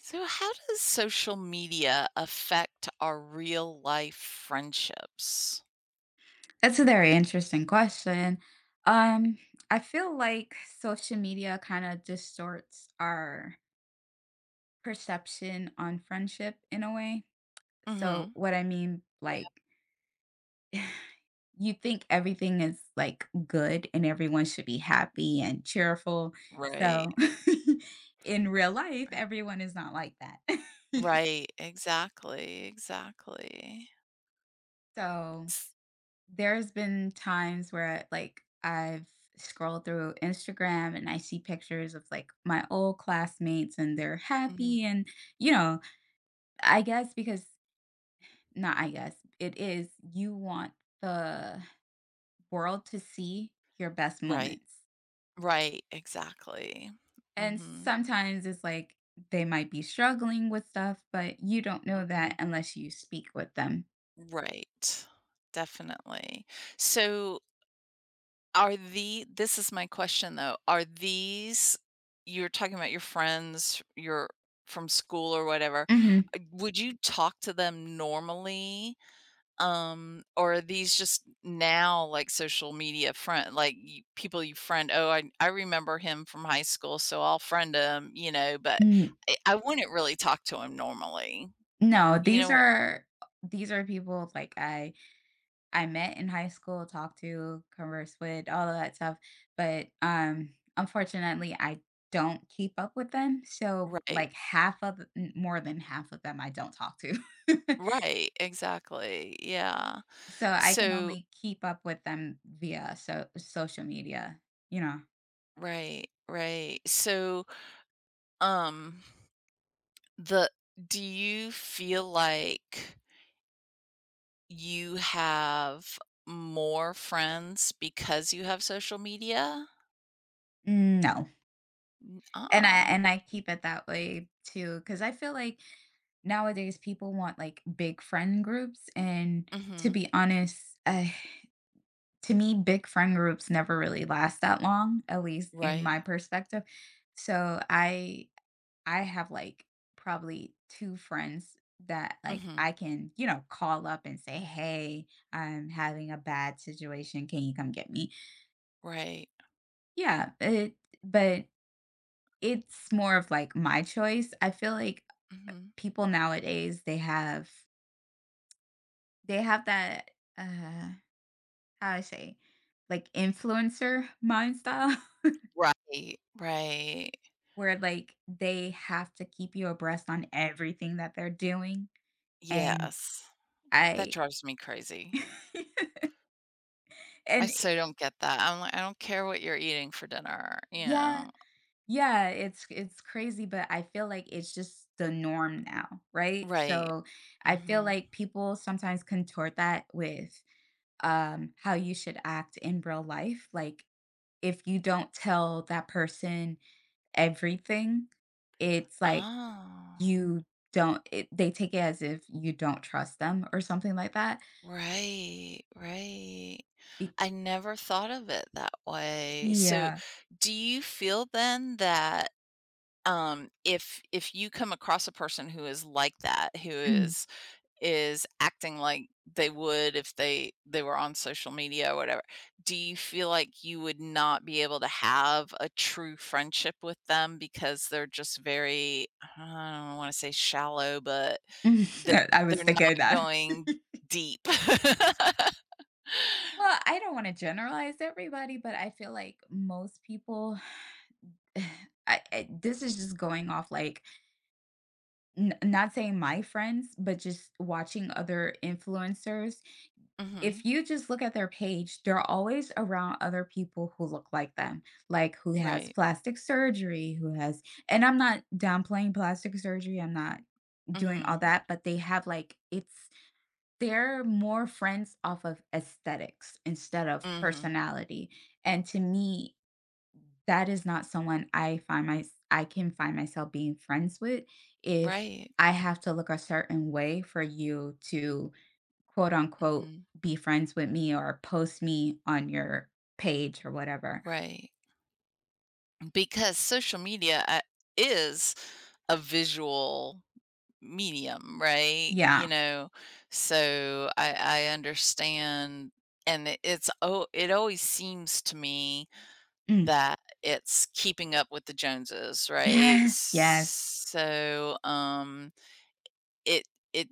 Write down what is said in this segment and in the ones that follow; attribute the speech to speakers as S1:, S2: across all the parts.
S1: So, how does social media affect our real life friendships?
S2: That's a very interesting question. Um, I feel like social media kind of distorts our perception on friendship in a way.
S1: Mm-hmm.
S2: So, what I mean,
S1: Yeah.
S2: like, you think everything is like good and everyone should be happy and cheerful.
S1: Right.
S2: So, in real life,
S1: Right.
S2: everyone is not like that.
S1: Right, exactly. Exactly.
S2: so,
S1: S-
S2: There's been times where, like, I've scrolled through Instagram and I see pictures of, like, my old classmates, and they're happy,
S1: mhm.
S2: and, you know, I guess because, not I guess, it is you want the world to see your best
S1: Right.
S2: moments,
S1: Right. Exactly.
S2: and
S1: Hmm.
S2: sometimes it's like they might be struggling with stuff, but you don't know
S1: Hmm.
S2: that unless you speak with them.
S1: Right. Definitely. So, Are the this is my question though, are these, you're talking about your friends, your from school or whatever,
S2: Mhm.
S1: would you talk to them normally? Or are these just now like social media friend like you, people you friend, "Oh, I remember him from high school, so I'll friend him," you know, but
S2: Mm,
S1: I wouldn't really talk to him normally.
S2: no,
S1: You
S2: these
S1: know.
S2: are people, like, I met in high school, talked to, conversed with, all of that stuff, but, unfortunately, I don't keep up with them, so,
S1: Right.
S2: like, half of m more than half of them I don't talk to.
S1: Right, exactly, yeah.
S2: So, I can
S1: So
S2: only keep up with them via social media, you know?
S1: right, right. So Um, the do you feel like you have more friends because you have social media?
S2: No, and I
S1: Oh.
S2: and I keep it that way too, because I feel like nowadays people want, like, big friend groups, and to
S1: Mhm.
S2: be honest, to me, big friend groups never really last that long, at least in my
S1: Right.
S2: perspective. So I have like probably two friends that like I
S1: Mhm.
S2: can, call up and say, "Hey, I'm having a bad situation. Can you come get me?"
S1: Right.
S2: Yeah, but it's more of like my choice. I feel like
S1: Mhm.
S2: people nowadays they have that uh how I say, like, influencer mind style.
S1: Right. Right.
S2: Where, like, they have to keep you abreast on everything that they're doing and
S1: Yes. That
S2: I
S1: drives me crazy. I
S2: and
S1: so don't get that. I'm like, I don't care what you're eating for dinner, you
S2: yeah,
S1: know?
S2: yeah, it's crazy, but I feel like it's just the norm now, right?
S1: Right.
S2: So I feel
S1: Mhm.
S2: like people sometimes contort that with how you should act in real life, like, if you don't tell that person everything, it's like
S1: Oh.
S2: you don't it, they take it as if you don't trust them or something like that.
S1: Right. Right.
S2: Y
S1: I never thought of it that way. So,
S2: yeah.
S1: do you feel then that if you come across a person who is like that, who
S2: Mhm.
S1: is acting like they would if they were on social media or whatever, do you feel like you would not be able to have a true friendship with them because they're just very, I don't want to say shallow, but that
S2: I was
S1: they're
S2: thinking
S1: not
S2: that.
S1: going deep.
S2: Well, I don't wanna generalize everybody, but I feel like most people I this is just going off, like, n not saying my friends, but just watching other influencers.
S1: Hmm.
S2: If you just look at their page, they're always around other people who look like them, like, who has
S1: Right.
S2: plastic surgery, who has and I'm not downplaying plastic surgery, I'm not doing all
S1: Mhm.
S2: that, but they have, like, it's they're more friends off of aesthetics instead of
S1: Mhm.
S2: personality. And to me, that is not someone I can find myself being friends with if
S1: Right.
S2: I have to look a certain way for you to, quote unquote,
S1: Mhm.
S2: be friends with me or post me on your page or whatever.
S1: Right. Because social media, is a visual medium, right? You
S2: Yeah.
S1: know, so I understand, and it's oh, it always seems to me
S2: Mm.
S1: that it's keeping up with the Joneses, right?
S2: Yes. Yes.
S1: So, it it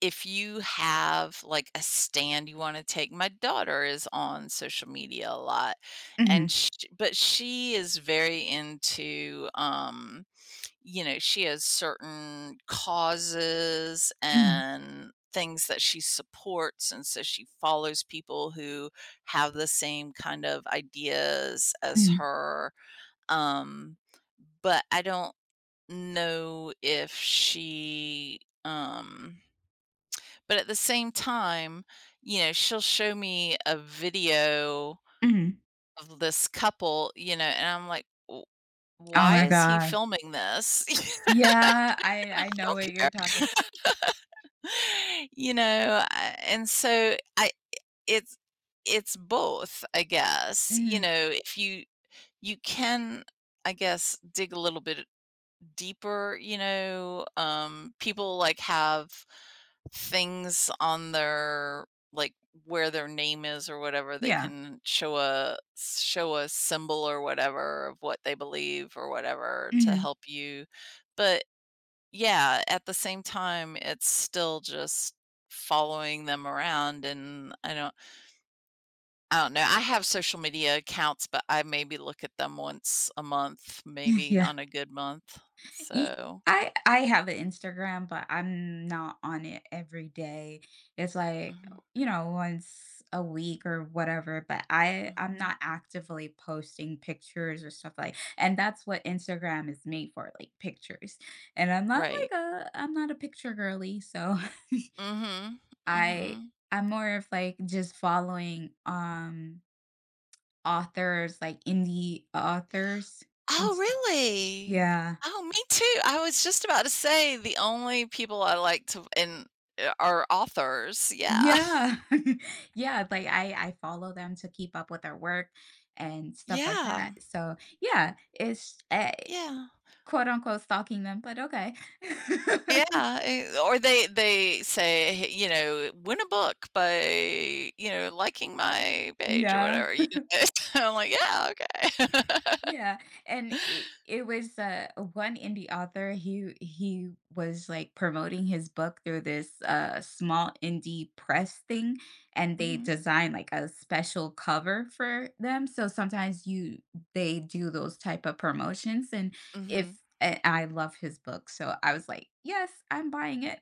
S1: if you have like a stand you want to take, my daughter is on social media a lot, and
S2: Mhm.
S1: sh but she is very into you know she has certain causes
S2: Mm.
S1: and things that she supports, and so she follows people who have the same kind of ideas as
S2: Mm.
S1: her, um but I don't know if she but at the same time, you know, she'll show me a video
S2: Mm.
S1: of this couple, you know, and I'm like, "W
S2: Oh
S1: why
S2: my
S1: is he
S2: god.
S1: filming this?"
S2: Yeah, I
S1: I
S2: I know
S1: don't
S2: what you're
S1: care.
S2: talking.
S1: You know, I and so I it's it's both, I guess, you
S2: Mhm.
S1: know, if you you can, I guess, dig a little bit deeper, you know, people like have things on their like where their name is or whatever, they
S2: Yeah.
S1: can show a symbol or whatever of what they believe or whatever to
S2: Mhm.
S1: help you, but yeah, at the same time it's still just following them around, and I don't know, I have social media accounts, but I maybe look at them once a month, maybe
S2: Yeah.
S1: on a good month.
S2: Y
S1: So
S2: I have an Instagram, but I'm not on it every day. It's like,
S1: mhm.
S2: you know, once a week or whatever, but I
S1: Mhm.
S2: I'm not actively posting pictures or stuff like, and that's what Instagram is made for, like pictures. And I'm not
S1: Right.
S2: like a I'm not a picture girly, so
S1: Mhm.
S2: I
S1: Mhm.
S2: I'm more of like just following authors, like, indie authors and
S1: Oh,
S2: stuff.
S1: really?
S2: Yeah.
S1: Oh, me too. I was just about to say the only people I like to and are authors. Yeah.
S2: Yeah. Yeah, like, I follow them to keep up with their work and stuff like
S1: Yeah.
S2: that. So, yeah, it's, eh,
S1: Yeah.
S2: quote unquote "stalking" them, but okay.
S1: Yeah, or they say, "Hey," you know, "Win a book by, you know, liking my page," or
S2: Yeah.
S1: whatever, you know? I'm like, "Yeah, okay."
S2: Yeah, and it was one indie author. He was like promoting his book through this small indie press thing, and they
S1: Mhm.
S2: designed like a special cover for them. So sometimes you they do those type of promotions, and
S1: Mhm.
S2: if and I love his book, so I was like, yes, I'm buying it.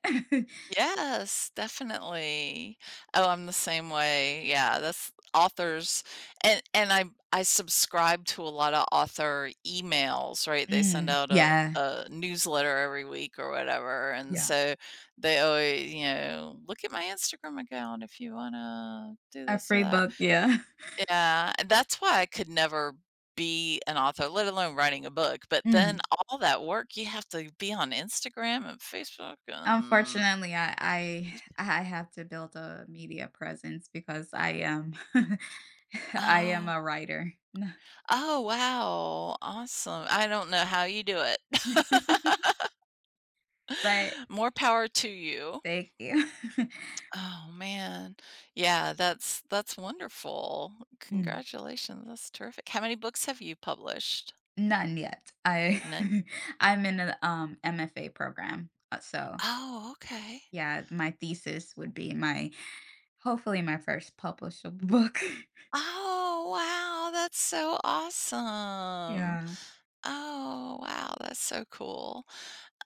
S1: Yes, definitely. Oh, I'm the same way. Yeah, that's authors, and I subscribe to a lot of author emails, right? They send
S2: Mm,
S1: out
S2: yeah,
S1: a newsletter every week or whatever. And
S2: yeah,
S1: so they always, you know, look at my Instagram account if you want to do
S2: a
S1: this or
S2: free
S1: that.
S2: book, yeah.
S1: Yeah, and that's why I could never be an author, let alone writing a book. But then
S2: Mm.
S1: all that work, you have to be on Instagram and Facebook and,
S2: Unfortunately, I have to build a media presence because I am I am
S1: oh.
S2: a writer. No.
S1: Oh, wow. Awesome. I don't know how you do it.
S2: But
S1: More power to you.
S2: thank you.
S1: Oh, man. Yeah, that's wonderful.
S2: Mm,
S1: Congratulations. That's terrific. How many books have you published?
S2: none yet. I
S1: None.
S2: I'm in a, MFA program, so,
S1: Oh, okay.
S2: yeah, my thesis would be my hopefully my first published book.
S1: Oh, wow. That's so awesome.
S2: Yeah.
S1: Oh, wow. That's so cool.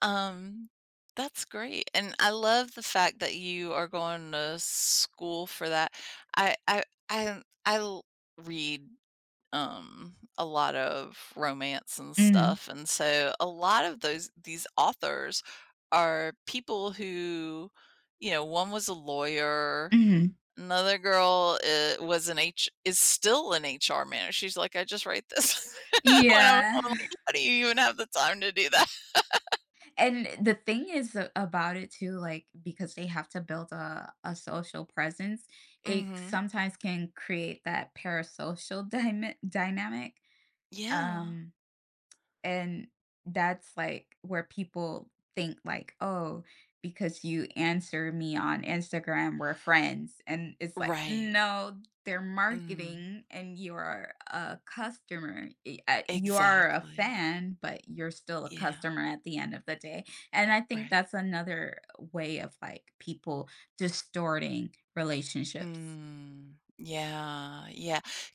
S1: Um, that's great, and I love the fact that you are going to school for that. I I I I l- read a lot of romance and
S2: Mhm.
S1: stuff, and so a lot of those these authors are people who, you know, one was a lawyer,
S2: Mhm.
S1: another girl was an H is still an HR manager. She's like, I just write this when
S2: Yeah.
S1: I'm like, how do you even have the time to do that?
S2: And the thing is a about it too, like, because they have to build a social presence, it
S1: Hmm.
S2: sometimes can create that parasocial dyma dynamic,
S1: Yeah.
S2: um, and that's like where people think like, "Oh, because you answer me on Instagram, we're friends." And it's like,
S1: Right.
S2: "No, they're
S1: Mm.
S2: marketing and you're a customer. You are a
S1: Exactly.
S2: fan, but you're still a
S1: Yeah,
S2: customer at the end of the day." And I think
S1: right.
S2: that's another way of like people distorting relationships.
S1: Mm. Yeah,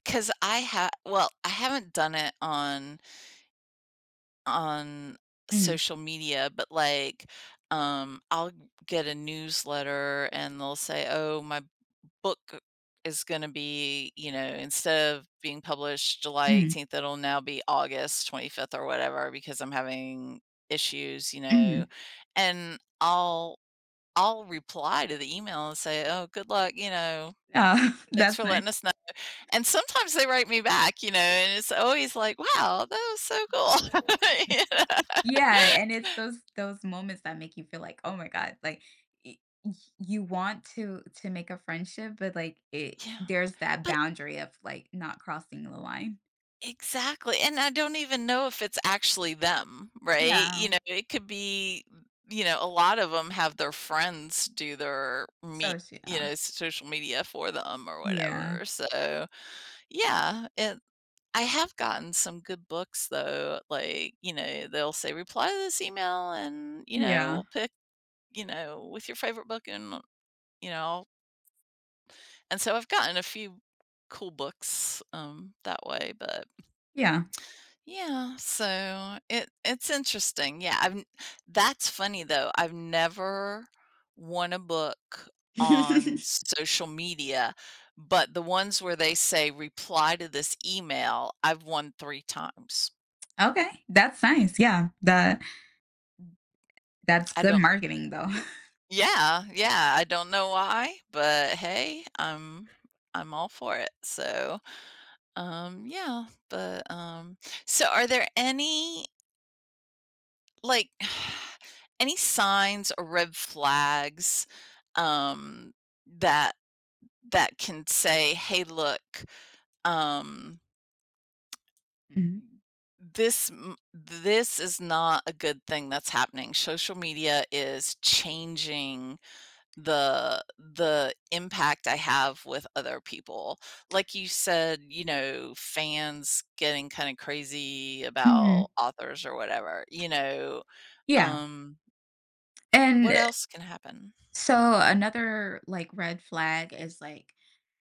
S1: because I have. Well, I haven't done it on
S2: Mm,
S1: social media, but, like, I'll get a newsletter and they'll say, "Oh, my book is gonna be," you know, instead of being published July
S2: mm,
S1: 18th, it'll now be August 25th or whatever, because I'm having issues, you know,
S2: mm.
S1: and I'll reply to the email and say, "Oh, good luck, you know,
S2: Oh,
S1: thanks
S2: that's
S1: for
S2: nice.
S1: letting us know." And sometimes they write me back, you know, and it's always like, "Wow, that was so cool." You
S2: Yeah,
S1: know?
S2: and it's those moments that make you feel like, "Oh my god," like, y y you want to make a friendship, but, like, it
S1: Yeah,
S2: there's that
S1: but
S2: boundary of, like, not crossing the line.
S1: exactly, and I don't even know if it's actually them, right? You
S2: Yeah.
S1: know, it could be, you know, a lot of them have their friends do their
S2: So
S1: meet,
S2: s
S1: you
S2: yeah.
S1: know, social media for them or
S2: Yeah.
S1: whatever, so, yeah, it I have gotten some good books though, like, you know, they'll say, "Reply to this email and, you know,
S2: Yeah.
S1: we'll pick, you know, with your favorite book and, you know," and so I've gotten a few cool books, that way, but
S2: Yeah.
S1: yeah, so it it's interesting. Yeah, I've n that's funny though, I've never won a book on social media, but the ones where they say, "Reply to this email," I've won 3 times.
S2: Okay, that's nice, yeah, that's
S1: I
S2: good
S1: don't
S2: marketing, though.
S1: Yeah, yeah, I don't know why, but hey, I'm all for it. So, yeah, but so are there any like any signs or red flags um that that can say, "Hey, look, um
S2: Mhm.
S1: this this is not a good thing that's happening. Social media is changing the impact I have with other people. Like you said, you know, fans getting kinda crazy
S2: Mhm.
S1: about authors or whatever, you know,
S2: Yeah,
S1: um,
S2: and
S1: what else can happen?
S2: so another like red flag is like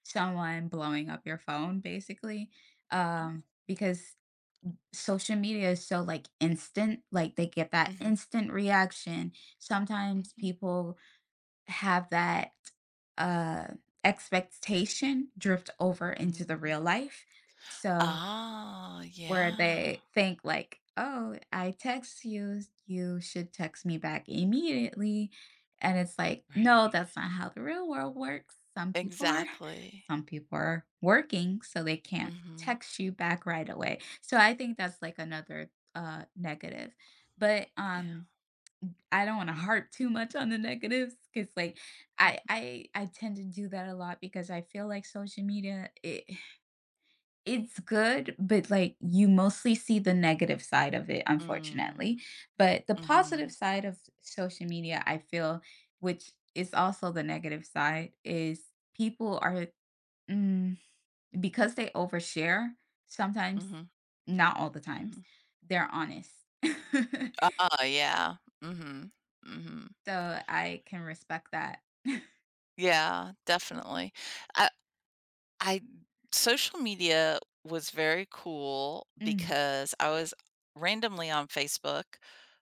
S2: someone blowing up your phone basically.
S1: Oh,
S2: Because social media is so like instant, like they get that
S1: mhm,
S2: instant reaction. Sometimes
S1: mhm,
S2: people have that uh expectation drift over into the
S1: mhm.
S2: real life. So
S1: Ah,
S2: where
S1: yeah,
S2: they think like, "Oh, I text you, you should text me back immediately." And it's like,
S1: right.
S2: "No, that's not how the real world works." Some people are
S1: Exactly.
S2: some people are working, so they can't
S1: Mhm,
S2: text you back right away. So I think that's like another negative. But
S1: yeah,
S2: I don't want to harp too much on the negatives because like
S1: mhm.
S2: I tend to do that a lot because I feel like social media it's good, but, like, you mostly see the negative side of it,
S1: Mm,
S2: unfortunately, but the positive
S1: mhm,
S2: side of social media, I feel, which is also the negative side, is people are mm, because they overshare sometimes,
S1: mhm,
S2: not all the times,
S1: mhm.
S2: they're honest.
S1: Ah, yeah, mhm, mhm.
S2: So, I can respect that.
S1: Yeah, definitely. I social media was very cool
S2: Mm,
S1: because I was randomly on Facebook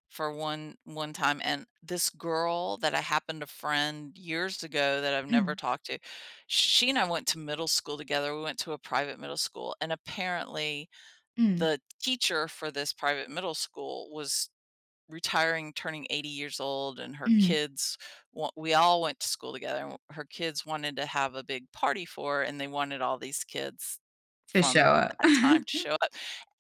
S1: for one time and this girl that I happened to friend years ago that I've never
S2: mm,
S1: talked to, she and I went to middle school together. We went to a private middle school and apparently
S2: mm,
S1: the teacher for this private middle school was retiring, turning 80 years old, and her
S2: mm,
S1: kids, we all went to school together. And her kids wanted to have a big party for her, and they wanted all these kids
S2: to show
S1: from
S2: up.
S1: that time to show up.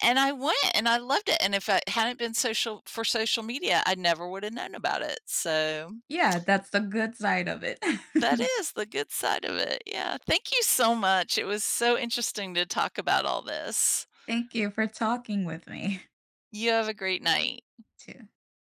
S1: And I went and I loved it. And if it hadn't been social media, I never would have known about it. So
S2: Yeah, that's the good side of it.
S1: that is the good side of it. Yeah. Thank you so much. It was so interesting to talk about all this.
S2: Thank you for talking with me
S1: You have a great night.
S2: too.